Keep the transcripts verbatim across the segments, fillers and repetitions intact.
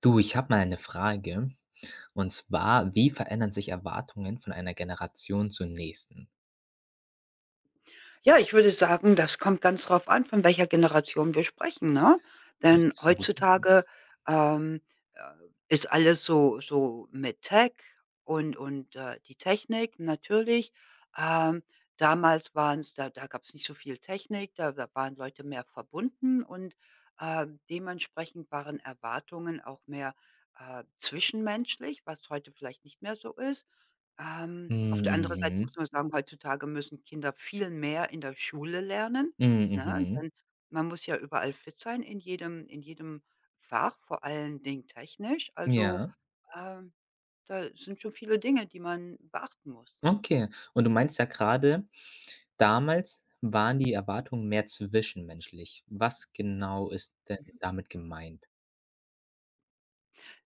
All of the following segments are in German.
Du, ich habe mal eine Frage. Und zwar, wie verändern sich Erwartungen von einer Generation zur nächsten? Ja, ich würde sagen, das kommt ganz drauf an, von welcher Generation wir sprechen, ne? Denn Ist Mhm, heutzutage, ähm, äh, ist alles so so mit Tech und und, äh, die Technik natürlich. Ähm, Damals waren es da da gab es nicht so viel Technik, da da waren Leute mehr verbunden und, äh, dementsprechend waren Erwartungen auch mehr, äh, zwischenmenschlich, was heute vielleicht nicht mehr so ist. Ähm, mhm, Auf der anderen Seite mhm, muss man sagen, heutzutage müssen Kinder viel mehr in der Schule lernen, mm, ne? mhm. Denn man muss ja überall fit sein in jedem in jedem Fach, vor allen Dingen technisch. Also, Ja, ähm, da sind schon viele Dinge, die man beachten muss. okay. Und du meinst ja gerade, damals waren die Erwartungen mehr zwischenmenschlich. Was genau ist denn damit gemeint?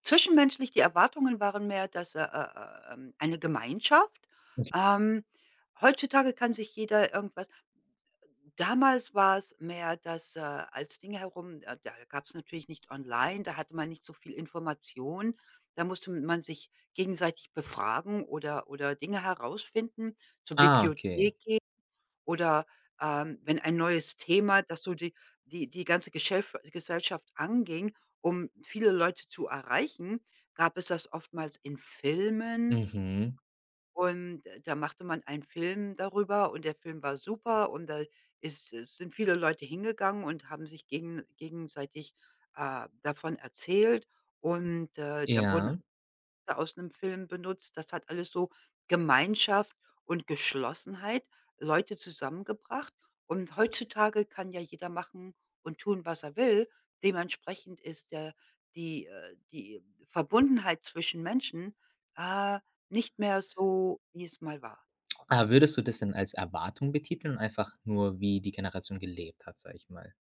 Zwischenmenschlich, die Erwartungen waren mehr, dass, äh, äh, äh, ähm, eine Gemeinschaft. Ähm, Heutzutage kann sich jeder irgendwas. Damals war es mehr, dass, äh, als Dinge herum äh, da gab es natürlich nicht online, da hatte man nicht so viel Information. Da musste man sich gegenseitig befragen oder oder Dinge herausfinden, zur Ah, okay. Bibliothek gehen oder, ähm, wenn ein neues Thema, das so die die die ganze Geschäf Gesellschaft anging, um viele Leute zu erreichen, gab es das oftmals in Filmen Mhm. und äh, da machte man einen Film darüber und der Film war super und da ist es sind viele Leute hingegangen und haben sich gegen gegenseitig, äh, davon erzählt und, äh, da wurden Ja. aus 'nem Film benutzt. Das hat alles so Gemeinschaft und Geschlossenheit, Leute zusammengebracht. Und heutzutage kann ja jeder machen und tun, was er will. Dementsprechend ist der die, äh die Verbundenheit zwischen Menschen, ah, nicht mehr so, wie es mal war. Aber würdest du das denn als Erwartung betiteln und einfach nur, wie die Generation gelebt hat, sage ich mal?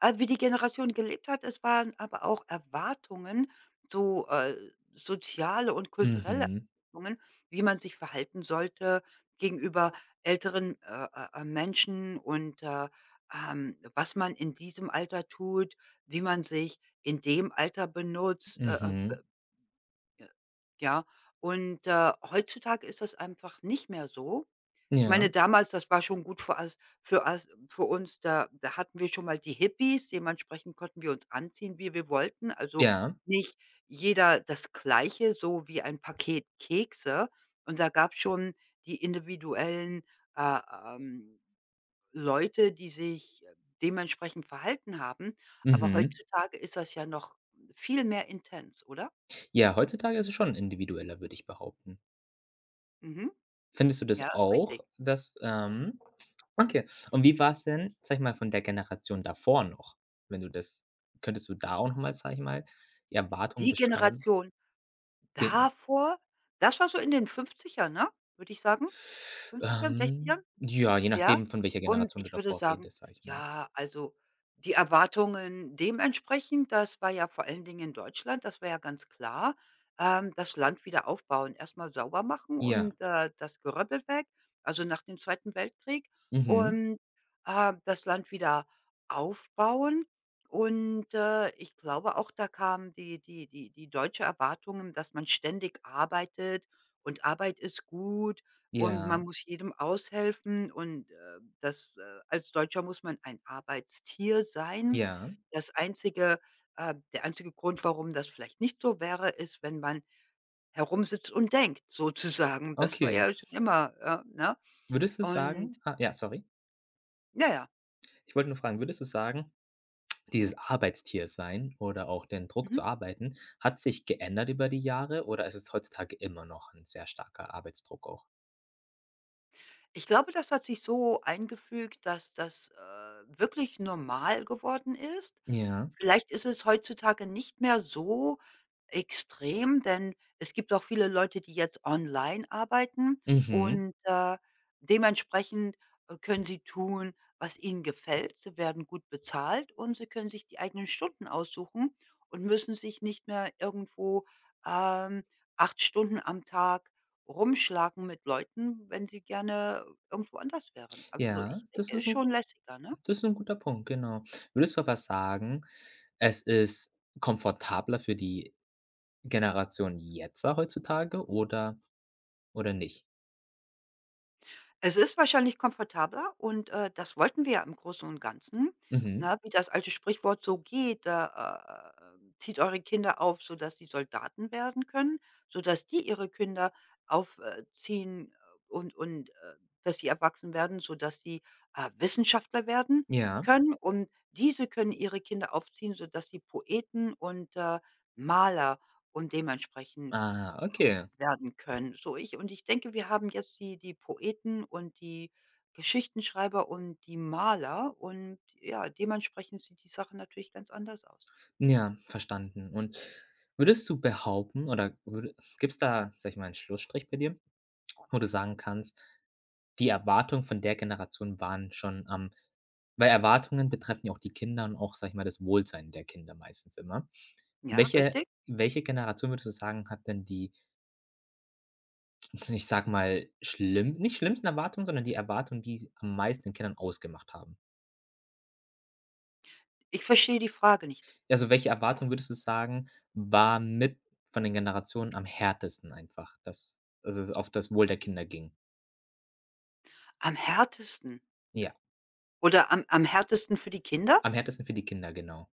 Äh, wie die Generation gelebt hat. Es waren aber auch Erwartungen, so, äh, soziale und kulturelle Mhm, Erwartungen, wie man sich verhalten sollte gegenüber älteren, äh, äh, äh, Menschen und, äh, ähm, was man in diesem Alter tut, wie man sich in dem Alter benutzt, äh, äh, mhm. ja, und, äh, heutzutage ist das einfach nicht mehr so. Ich Ja, meine, damals, das war schon gut für as für as für uns, da da hatten wir schon mal die Hippies, dementsprechend konnten wir uns anziehen, wie wir wollten. Also, ja. nicht jeder das Gleiche, so wie ein Paket Kekse. Und da gab's schon die individuellen, äh, ähm, Leute, die sich dementsprechend verhalten haben. Aber Mhm. heutzutage ist das ja noch viel mehr intens, oder? Ja, heutzutage ist es schon individueller, würde ich behaupten. Mhm. Findest du das Ja, ist auch, richtig. dass ähm, okay. Und wie war's denn, sage ich mal, von der Generation davor noch, wenn du das könntest du da auch noch mal, sage ich mal, die Erwartungen Die beschreiben? Generation Gen davor, das war so in den Fünfzigern, ne, würde ich sagen? Fünfzigern, Sechzigern. ähm, ja, je Ja, nachdem, von welcher und Generation du ich würde davor sagen, redest, sage ich mal. ja, also, die Erwartungen dementsprechend, das war ja vor allen Dingen in Deutschland, das war ja ganz klar, ähm, das Land wieder aufbauen, erstmal sauber machen Ja. und, äh, das Geröppel weg, also, nach dem Zweiten Weltkrieg Mhm. und, äh, das Land wieder aufbauen und, äh, ich glaube auch, da kamen die die die die deutsche Erwartungen, dass man ständig arbeitet und Arbeit ist gut und Ja. man muss jedem aushelfen und, äh, das äh, als Deutscher muss man ein Arbeitstier sein. Ja. Das einzige äh, der einzige Grund, warum das vielleicht nicht so wäre, ist, wenn man herumsitzt und denkt sozusagen. Das war Okay. ja schon immer, ja, ne? Würdest du Und sagen ah, ja, sorry. naja. Ich wollte nur fragen, würdest du sagen dieses Arbeitstier sein oder auch den Druck Mhm. zu arbeiten, hat sich geändert über die Jahre oder ist es heutzutage immer noch ein sehr starker Arbeitsdruck auch? Ich glaube, das hat sich so eingefügt, dass das, äh, wirklich normal geworden ist. Ja. Vielleicht ist es heutzutage nicht mehr so extrem, denn es gibt auch viele Leute, die jetzt online arbeiten Mhm. und, äh, dementsprechend, äh, können sie tun, was ihnen gefällt. Sie werden gut bezahlt und sie können sich die eigenen Stunden aussuchen und müssen sich nicht mehr irgendwo, ähm, acht Stunden am Tag rumschlagen mit Leuten, wenn sie gerne irgendwo anders wären. Also, Ja, ich das denke, ist ist ein schon lässiger, ne? das ist 'n guter Punkt, genau. Würdest du aber sagen, es ist komfortabler für die Generation Jetzer heutzutage oder oder nicht? Es ist wahrscheinlich komfortabler und, äh, das wollten wir ja im Großen und Ganzen, Mhm. ne? Wie das alte Sprichwort so geht, äh, äh, zieht eure Kinder auf, sodass sie Soldaten werden können, sodass die ihre Kinder aufziehen und und, äh, dass sie erwachsen werden, sodass sie, äh, Wissenschaftler werden Ja. können. Und diese können ihre Kinder aufziehen, sodass sie Poeten und, äh, Maler und dementsprechend Ah, okay. werden können, so ich. Und ich denke, wir haben jetzt die die Poeten und die Geschichtenschreiber und die Maler und ja, dementsprechend sieht die Sache natürlich ganz anders aus. Ja, verstanden. Und würdest du behaupten oder gibt es da, sage ich mal, einen Schlussstrich bei dir? Wo du sagen kannst, die Erwartungen von der Generation waren schon am weil Erwartungen betreffen ja auch die Kinder und auch, sage ich mal, das Wohlsein der Kinder meistens immer. Ja, Welche richtig? welche Generation würdest du sagen, hat denn die, ich sag mal, schlimm nicht schlimmsten Erwartungen, sondern die Erwartungen, die am meisten den Kindern ausgemacht haben? Ich verstehe die Frage nicht. Also, welche Erwartung würdest du sagen, war mit von den Generationen am härtesten einfach, dass also, es auf das Wohl der Kinder ging? Am härtesten Ja, oder am am härtesten für die Kinder? am härtesten für die Kinder, genau.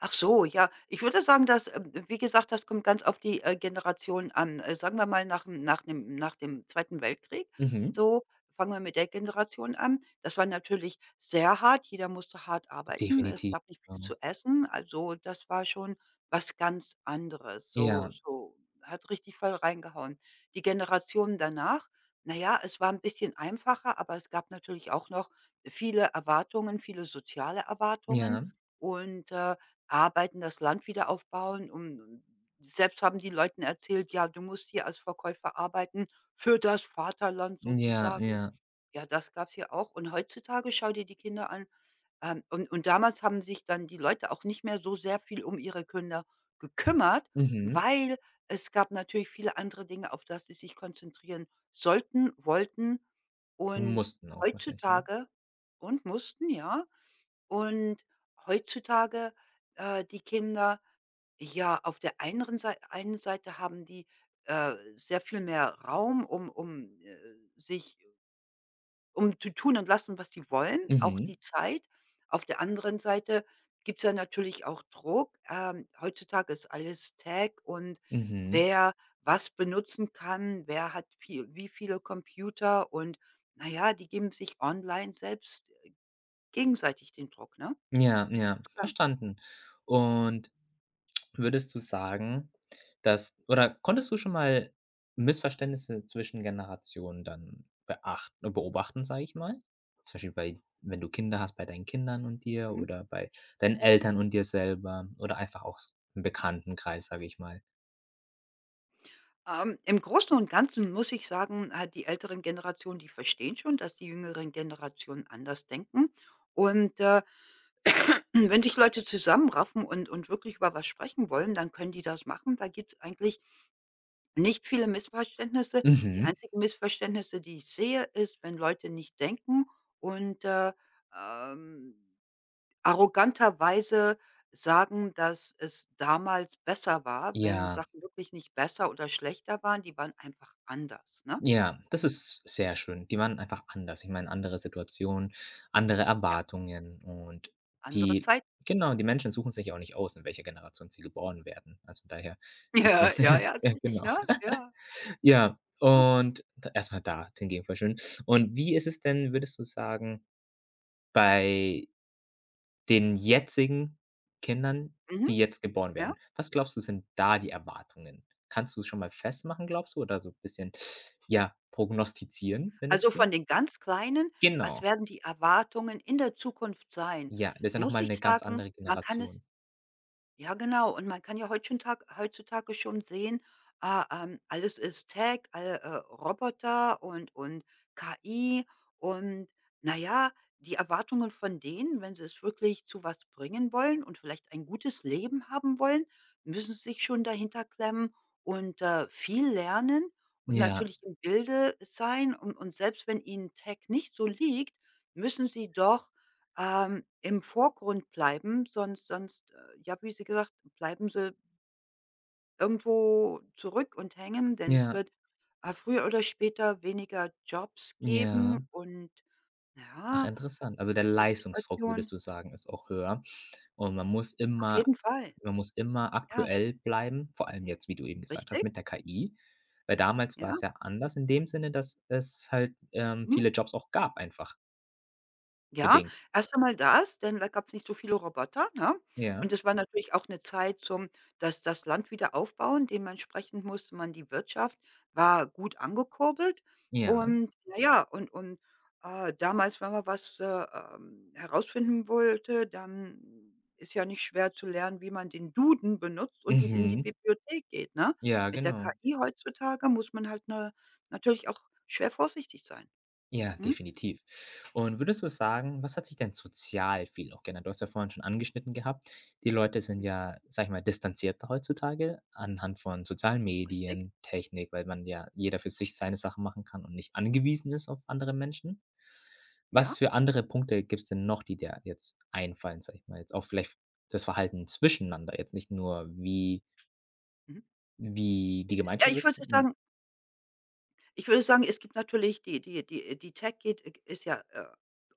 Ach so, ja. Ich würde sagen, dass, ähm, wie gesagt, das kommt ganz auf die, äh, Generation an. Äh, sagen wir mal, nach 'm nach 'nem nach dem Zweiten Weltkrieg, Mhm. so, fangen wir mit der Generation an. Das war natürlich sehr hart. Jeder musste hart arbeiten. Es Definitiv, gab nicht ja. viel zu essen. Also, das war schon was ganz anderes. So Ja, so hat richtig voll reingehauen. Die Generation danach, na ja, es war ein bisschen einfacher, aber es gab natürlich auch noch viele Erwartungen, viele soziale Erwartungen ja, und, äh, arbeiten, das Land wieder aufbauen und selbst haben die Leuten erzählt: „Ja, du musst hier als Verkäufer arbeiten für das Vaterland ja, sozusagen.“ ja. Ja, das gab's hier auch und heutzutage schau dir die Kinder an, ähm, und und damals haben sich dann die Leute auch nicht mehr so sehr viel um ihre Kinder gekümmert, Mhm. weil es gab natürlich viele andere Dinge, auf das sie sich konzentrieren sollten, wollten Und und mussten auch wahrscheinlich, oder? heutzutage und mussten, ja. Und heutzutage, äh, die Kinder, ja, auf der eineren Sei einen Seite haben die, äh, sehr viel mehr Raum, um um, äh, sich um zu tun und lassen, was sie wollen, auch Mhm, die Zeit. Auf der anderen Seite gibt's ja natürlich auch Druck. Ähm, heutzutage ist alles Tag und mhm. wer was benutzen kann, wer hat viel wie viele Computer und naja, die geben sich online selbst gegenseitig den Druck, ne? Ja, ja, Ist klar. verstanden. Und würdest du sagen, dass oder konntest du schon mal Missverständnisse zwischen Generationen dann beacht beobachten, sage ich mal? Zum Beispiel bei wenn du Kinder hast, bei deinen Kindern und dir Mhm. oder bei deinen Eltern und dir selber oder einfach auch s im Bekanntenkreis, sage ich mal. Ähm, im Großen und Ganzen muss ich sagen, äh, die älteren Generationen, die verstehen schon, dass die jüngeren Generationen anders denken und, äh hm, wenn sich Leute zusammenraffen und und wirklich über was sprechen wollen, dann können die das machen. Da gibt es eigentlich nicht viele Missverständnisse. Die Mhm. einzigen Missverständnisse, die ich sehe, ist, wenn Leute nicht denken und, äh, ähm, arroganterweise sagen, dass es damals besser war, wenn Ja. Sachen wirklich nicht besser oder schlechter waren, die waren einfach anders, ne? Ja, das ist sehr schön. Die waren einfach anders. Ich meine, andere Situationen, andere Ja, Erwartungen und andere die Zeit. genau, die Menschen suchen sich ja auch nicht aus, in welcher Generation sie geboren werden. Also, daher ist ja Ja, ja, ja, ist ja, richtig, genau. ne? Ja, Ja, ne? und d erst da hingegen voll schön. Und wie ist es denn, würdest du sagen, bei den jetzigen Kindern, Mhm, die jetzt geboren ja. werden. Was glaubst du, sind da die Erwartungen? Kannst du's schon mal festmachen, glaubst du, oder so 'n bisschen, ja, prognostizieren, wenn es Also geht? von den ganz Kleinen, was Genau. werden die Erwartungen in der Zukunft sein? Ja, das ist ja noch Muss mal ich 'ne ganz sagen, andere man kann Generation. es ja, genau. Und man kann ja heutzutage heutzutage schon sehen, ah, ähm, alles ist Tech, alle, äh, Roboter und und K I und na ja, die Erwartungen von denen, wenn sie es wirklich zu was bringen wollen und vielleicht ein gutes Leben haben wollen, müssen sie sich schon dahinter klemmen und, äh, viel lernen und Ja, natürlich im Bilde sein. Und und selbst wenn ihnen Tech nicht so liegt, müssen sie doch ähm, im Vorgrund bleiben, sonst sonst, äh, ja, wie Sie gesagt, bleiben sie irgendwo zurück und hängen, denn es ja, wird, äh, früher oder später weniger Jobs ja. geben und Ach, ja, interessant. Also, der die Leistungsdruck, würdest Situation du sagen, ist auch höher und man muss auf immer jeden Fall. man muss immer Ja, aktuell bleiben, vor allem jetzt, wie du eben gesagt hast, richtig, mit der K I, weil damals war ja, es ja anders in dem Sinne, dass es halt, ähm, mhm. viele Jobs auch gab einfach Ja, bedingt. erst einmal das, denn da gab es nicht so viele Roboter, ne? Ja, Und es war natürlich auch 'ne Zeit zum das das Land wieder aufbauen. Dementsprechend musste man die Wirtschaft war gut angekurbelt ja. und na ja, und und, äh, damals, wenn man was, äh, ähm, herausfinden wollte, dann ist ja nicht schwer zu lernen, wie man den Duden benutzt und die in die Mhm. Bibliothek geht, ne? Ja, Mit der genau. K I heutzutage muss man halt, ne, natürlich auch schwer vorsichtig sein. Ja, Mhm. definitiv. Und würdest du sagen, was hat sich denn sozial viel auch geändert? Du hast ja vorhin schon angeschnitten gehabt, die Leute sind Mhm. ja, sage ich mal, distanzierter heutzutage anhand von sozialen Richtig. Medien, Technik, weil man ja jeder für sich seine Sachen machen kann und nicht angewiesen ist auf andere Menschen. Was Ja. für andere Punkte gibt's denn noch, die dir jetzt einfallen, sage ich mal, jetzt auch vielleicht das Verhalten zwischeneinander, jetzt nicht nur wie Mhm. wie die Ja, Gemeinschaft ich würde ist? Ja. sagen, ich würde sagen, es gibt natürlich die die die äh, die Tech geht äh, ist ja, äh,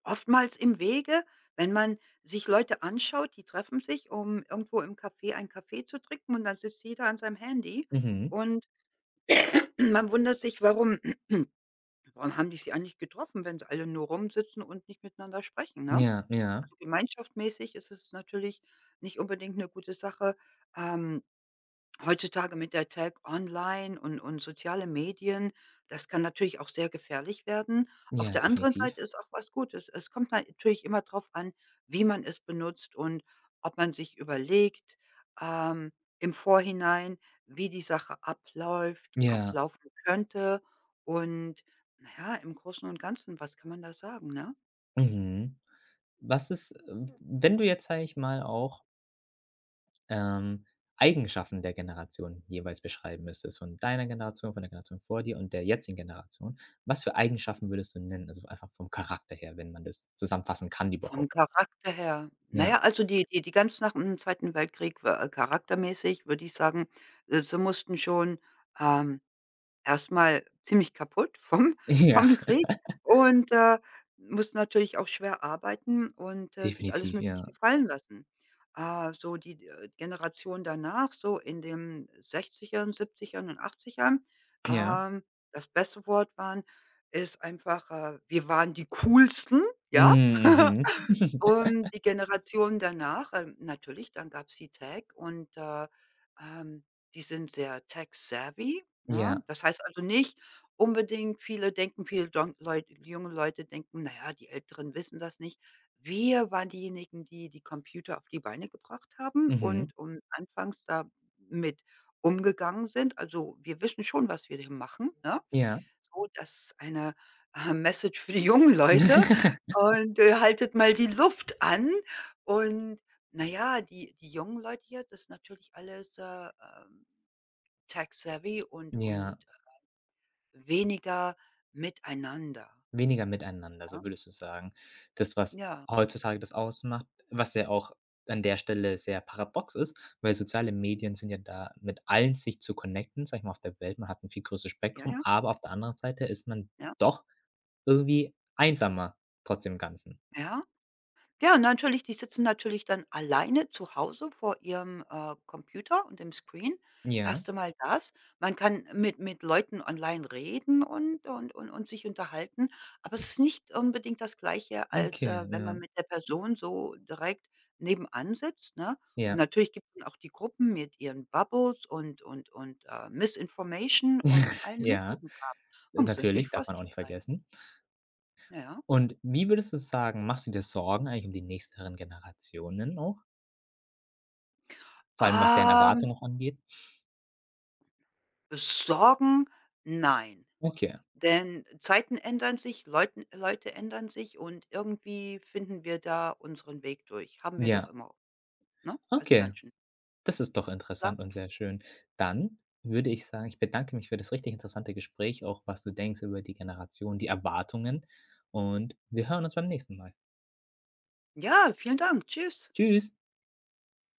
oftmals im Wege, wenn man sich Leute anschaut, die treffen sich, um irgendwo im Café einen Kaffee zu trinken und dann sitzt jeder an seinem Handy Mhm. und man wundert sich, warum warum haben die sich eigentlich getroffen, wenn sie alle nur rumsitzen und nicht miteinander sprechen, ne? Ja, ja. Also, gemeinschaftsmäßig ist es natürlich nicht unbedingt 'ne gute Sache, ähm heutzutage mit der Tag online und und soziale Medien, das kann natürlich auch sehr gefährlich werden. Auf Ja, der anderen definitiv. Seite ist auch was Gutes. Es kommt natürlich immer darauf an, wie man es benutzt und ob man sich überlegt, ähm, im Vorhinein, wie die Sache abläuft Ja. ablaufen könnte und naja im Großen und Ganzen, was kann man da sagen, ne? Mhm. Was ist, ähm, wenn du jetzt, sage ich mal, auch, ähm, Eigenschaften der Generation jeweils beschreiben müsstest, von deiner Generation, von der Generation vor dir und der jetzigen Generation, was für Eigenschaften würdest du nennen? Also, einfach vom Charakter her, wenn man das zusammenfassen kann Vom überhaupt. Charakter her. Na ja, Ja. also die die die ganz nach dem Zweiten Weltkrieg wa äh, charaktermäßig würde ich sagen, äh, sie mussten schon, ähm, erst mal ziemlich kaputt vom Ja. vom Krieg und, äh, mussten natürlich auch schwer arbeiten und, äh, sich alles Definitiv, möglich ja. gefallen lassen. Äh, so die, äh, Generation danach, so in den Sechzigern, Siebzigern und Achtzigern, Ja. ähm, das beste Wort waren ist einfach, äh, wir waren die Coolsten, Hm, ja? mhm. Und die Generation danach, ähm, natürlich, dann gab's die Tech und, äh, ähm, die sind sehr tech-savvy, ne? Ja. Das heißt also nicht unbedingt viele denken viele don Leut junge Leute denken: „Na ja, die Älteren wissen das nicht.“ Wir waren diejenigen, die die Computer auf die Beine gebracht haben Mhm. und und anfangs damit umgegangen sind. Also, wir wissen schon, was wir hier machen, ne? Ja. So, das eine, äh, Message für die jungen Leute und, äh: „Haltet mal die Luft an.“ Und naja die die jungen Leute jetzt ist natürlich alles, äh, ähm, tech-savvy und Ja. und weniger miteinander, Weniger miteinander, so ne? würdest du sagen. Das, was Ja, heutzutage das ausmacht, was ja auch an der Stelle sehr paradox ist, weil soziale Medien sind ja da, mit allen sich zu connecten, sag ich mal, auf der Welt. Man hat ein viel größeres ja, Spektrum, ja, aber auf der anderen Seite ist man ja, doch irgendwie einsamer trotz dem Ganzen. ja. Ja, und natürlich, die sitzen natürlich dann alleine zu Hause vor ihrem, äh, Computer und dem Screen. Ja, Erst einmal das. Man kann mit mit Leuten online reden und und und und sich unterhalten, aber es ist nicht unbedingt das Gleiche, als, okay, äh, wenn ja, man mit der Person so direkt nebenan sitzt, ne? Und ja, natürlich gibt es auch die Gruppen mit ihren Bubbles und und und, äh, Misinformation und allen ja. möglichen Kram. Man muss natürlich Natürlich, darf man auch vorsichtig nicht sein. vergessen. Ja, ja. Und wie würdest du sagen, machst du dir Sorgen eigentlich um die nächsten Generationen auch? Vor allem, was deren Ähm, Erwartungen noch angeht? Sorgen, nein. Okay, Denn Zeiten ändern sich, Leuten Leute ändern sich und irgendwie finden wir da unseren Weg durch. Haben wir doch ja. immer, ne, als Okay, Menschen, das ist doch klar. interessant und sehr schön. Dann würde ich sagen, ich bedanke mich für das richtig interessante Gespräch, auch was du denkst über die Generation, die Erwartungen und wir hören uns beim nächsten Mal. Ja, vielen Dank. Tschüss. Tschüss.